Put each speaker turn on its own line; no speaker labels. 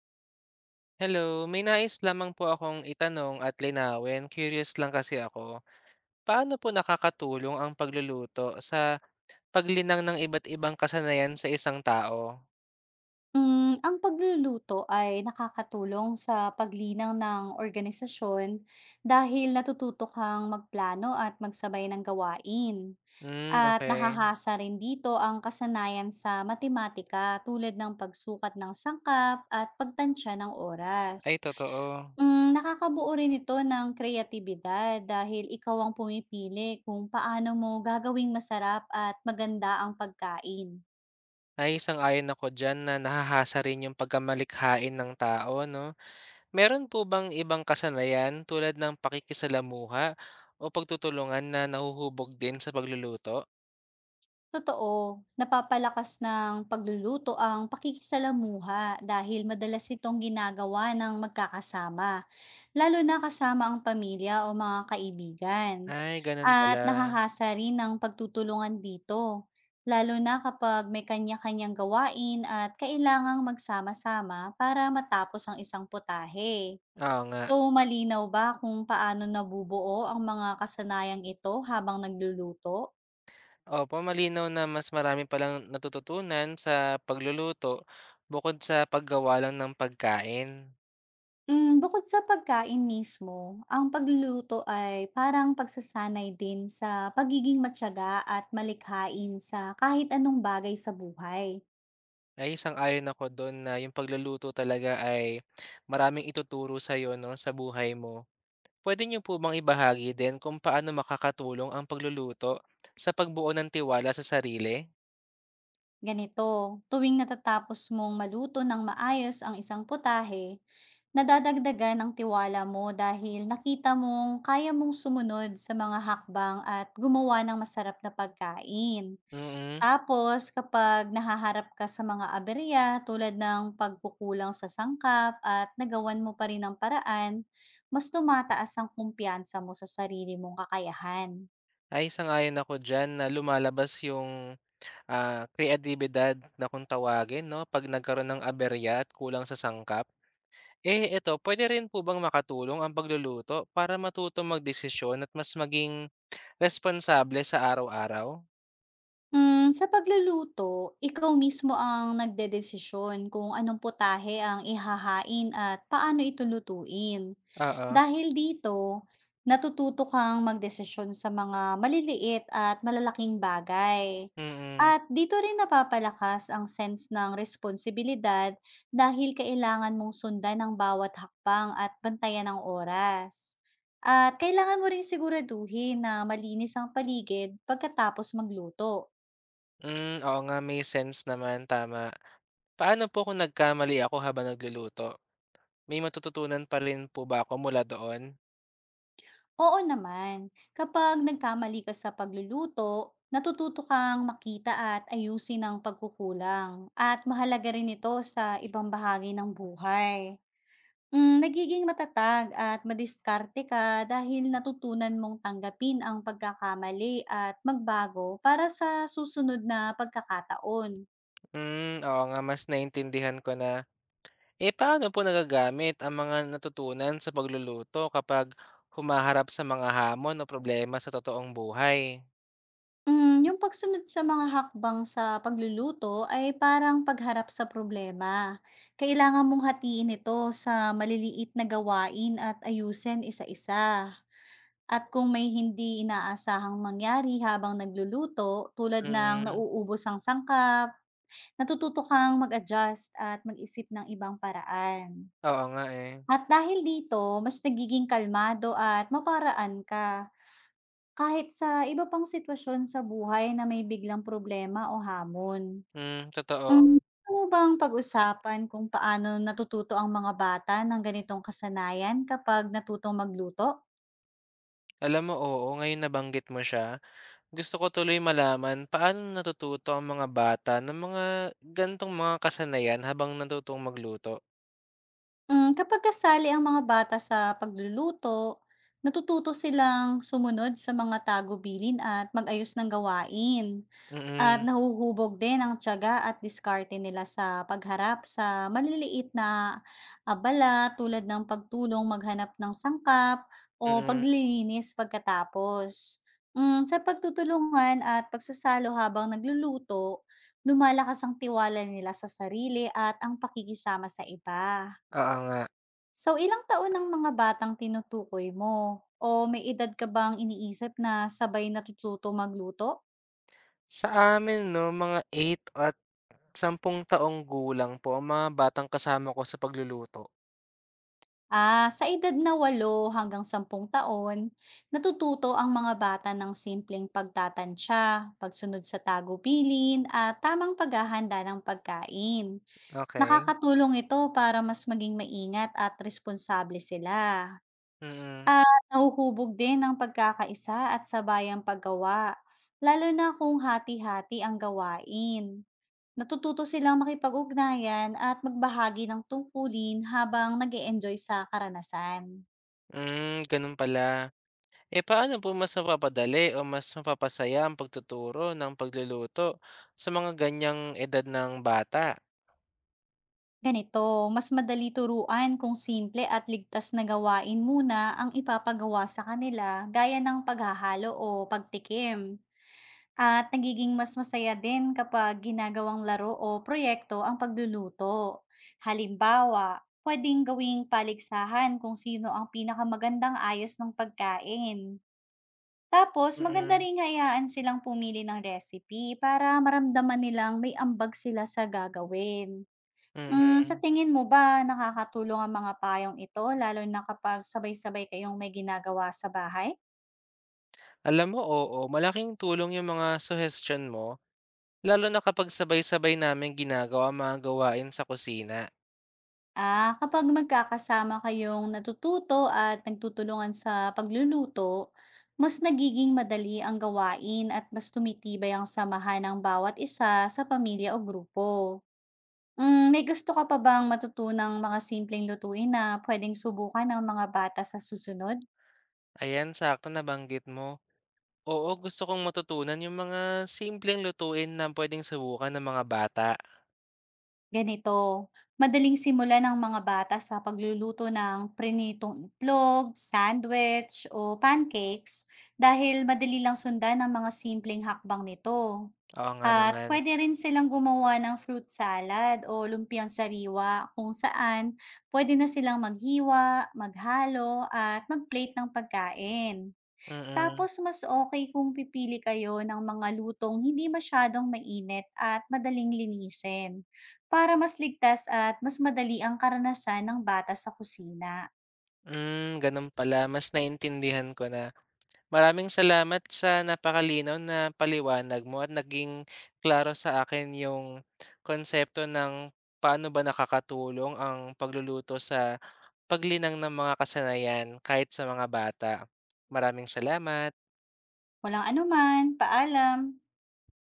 Hello, may nais lamang po akong itanong at linawin. Curious lang kasi ako. Paano po nakakatulong ang pagluluto sa paglinang ng iba't ibang kasanayan sa isang tao?
Ang pagluluto ay nakakatulong sa paglinang ng organisasyon dahil natututo kang magplano at magsabay ng gawain.
Hmm,
At
okay.
nakahasa rin dito ang kasanayan sa matematika tulad ng pagsukat ng sangkap at pagtansya ng oras.
Ay, totoo.
Nakakabuo rin ito ng kreatibidad dahil ikaw ang pumipili kung paano mo gagawing masarap at maganda ang pagkain.
Ay, sang-ayon ako diyan na nahahasa rin yung pagkamalikhain ng tao 'no. Meron po bang ibang kasanayan tulad ng pakikisalamuha o pagtutulungan na nahuhubog din sa pagluluto?
Totoo, napapalakas ng pagluluto ang pakikisalamuha dahil madalas itong ginagawa ng magkakasama, lalo na kasama ang pamilya o mga kaibigan.
Ay, gano'n pala.
At nakahasa rin ang pagtutulungan dito, lalo na kapag may kanya-kanyang gawain at kailangang magsama-sama para matapos ang isang putahe.
Oo nga.
So, malinaw ba kung paano nabubuo ang mga kasanayang ito habang nagluluto?
Opo, malinaw na mas marami palang natututunan sa pagluluto bukod sa paggawa lang ng pagkain.
Bukod sa pagkain mismo, ang pagluluto ay parang pagsasanay din sa pagiging matiyaga at malikhain sa kahit anong bagay sa buhay.
Ay, sang-ayon ako do'n na yung pagluluto talaga ay maraming ituturo sa'yo 'no, sa buhay mo. Pwede niyo po bang ibahagi din kung paano makakatulong ang pagluluto sa pagbuo ng tiwala sa sarili?
Ganito, tuwing natatapos mong maluto ng maayos ang isang putahe, nadadagdagan ang tiwala mo dahil nakita mong kaya mong sumunod sa mga hakbang at gumawa ng masarap na pagkain.
Mm,
Tapos kapag nahaharap ka sa mga aberya tulad ng pagkukulang sa sangkap at nagawan mo pa rin ang paraan, mas tumataas ang kumpiyansa mo sa sarili mong kakayahan.
ay sang-ayon ako diyan na lumalabas yung, kreyadibidad na kung tawagin 'no, 'pag nagkaroon ng aberya at kulang sa sangkap. Eh, eto, puwede rin po bang makatulong ang pagluluto para matutong magdesisyon at mas maging responsable sa araw-araw?
Sa pagluluto, ikaw mismo ang nagdedesisyon kung anong putahe ang ihahain at paano ito lutuin.
Oo.
Dahil dito, natututo kang magdesisyon sa mga maliliit at malalaking bagay.
Mm-mm, mm.
At dito rin napapalakas ang sense ng responsibilidad dahil kailangan mong sundan ang bawat hakbang at bantayan ng oras. At kailangan mo ring siguraduhin na malinis ang paligid pagkatapos magluto.
Hmm, oo nga, may sense naman, tama. Paano po kung nagkamali ako habang nagluluto? May matututunan pa rin po ba ako mula doon?
Oo naman. Kapag nagkamali ka sa pagluluto, natututo kang makita at ayusin ang pagkukulang. At mahalaga rin ito sa ibang bahagi ng buhay. Nagiging matatag at madiskarte ka dahil natutunan mong tanggapin ang pagkakamali at magbago para sa susunod na pagkakataon.
Hmm, oo nga, mas naintindihan ko na. Eh, paano po nagagamit ang mga natutunan sa pagluluto kapag humaharap sa mga hamon o problema sa totoong buhay?
Yung pagsunod sa mga hakbang sa pagluluto ay parang pagharap sa problema. Kailangan mong hatiin ito sa maliliit na gawain at ayusin isa-isa. At kung may hindi inaasahang mangyari habang nagluluto, tulad ng
Mm,
nauubos ang sangkap, natututo kang mag-adjust at mag-isip ng ibang paraan.
oo nga, eh.
At dahil dito, mas nagiging kalmado at maparaan ka kahit sa iba pang sitwasyon sa buhay na may biglang problema o hamon.
Hmm, totoo.
Hmm. Gusto mo bang pag-usapan kung paano natututo ang mga bata ng ganitong kasanayan kapag natutong magluto?
Alam mo, oo, ngayon nabanggit mo siya. Gusto ko tuloy malaman paano natututo ang mga bata ng mga gantong mga kasanayan habang natutong magluto?
Kapag kasali ang mga bata sa pagluluto, natututo silang sumunod sa mga tagubilin at mag-ayos ng gawain. At
Mm,
nahuhubog din ang tiyaga at diskarte nila sa pagharap sa maliliit na abala tulad ng pagtulong maghanap ng sangkap o
mm.
paglilinis pagkatapos. Sa pagtutulungan at pagsasalo habang nagluluto, lumalakas ang tiwala nila sa sarili at ang pakikisama sa iba.
Oo nga.
So, ilang taon ang mga batang tinutukoy mo? O may edad ka bang iniisip na sabay natututo magluto?
Sa amin 'no, mga 8 at 10 taong gulang po ang mga batang kasama ko sa pagluluto.
Ah, sa edad na 8 hanggang 10 taon, natututo ang mga bata ng simpleng pagtatantya, pagsunod sa tagubilin, at tamang paghahanda ng pagkain.
Okay.
Nakakatulong ito para mas maging maingat at responsable sila.
Mm-mm, mm.
At nahuhubog din ang pagkakaisa at sabayang paggawa, lalo na kung hati-hati ang gawain. Natututo silang makipag-ugnayan at magbahagi ng tungkulin habang nag enjoy sa karanasan.
Hmm, gano'n pala. Eh, paano po mas mapapadali o mas mapapasaya ang pagtuturo ng pagluluto sa mga ganyang edad ng bata?
Ganito, mas madali turuan kung simple at ligtas na gawain muna ang ipapagawa sa kanila gaya ng paghahalo o pagtikim. At nagiging mas masaya din kapag ginagawang laro o proyekto ang pagluluto. Halimbawa, pwedeng gawing paligsahan kung sino ang pinakamagandang ayos ng pagkain. Tapos, maganda
Mm,
rin hayaan silang pumili ng recipe para maramdaman nilang may ambag sila sa gagawin. Sa
mm.
tingin mo ba nakakatulong ang mga payong ito lalo na kapag sabay-sabay kayong may ginagawa sa bahay?
Alam mo, oo, malaking tulong yung mga suggestion mo, lalo na kapag sabay-sabay namin ginagawa ang mga gawain sa kusina.
Ah, kapag magkakasama kayong natututo at nagtutulungan sa pagluluto, mas nagiging madali ang gawain at mas tumitibay ang samahan ng bawat isa sa pamilya o grupo. May gusto ka pa bang matutunang mga simpleng lutuin na pwedeng subukan ng mga bata sa susunod?
Ayan, sakto nabanggit mo. Oo, gusto kong matutunan yung mga simpleng lutuin na puwedeng subukan ng mga bata.
Ganito, madaling simulan ng mga bata sa pagluluto ng prinitong itlog, sandwich, o pancakes dahil madali lang sundan ang mga simpleng hakbang nito.
Oo nga
At
naman.
pwede rin silang gumawa ng fruit salad o lumpiang sariwa kung saan pwede na silang maghiwa, maghalo, at magplate ng pagkain.
Mm-mm,
Tapos
mm.
mas okay kung pipili kayo ng mga lutong hindi masyadong mainit at madaling linisin, para mas ligtas at mas madali ang karanasan ng bata sa kusina.
Hmm, gano'n pala, mas naintindihan ko na. Maraming salamat sa napakalinaw na paliwanag mo at naging klaro sa akin yung konsepto ng paano ba nakakatulong ang pagluluto sa paglinang ng mga kasanayan kahit sa mga bata. Maraming salamat.
Walang anuman, paalam.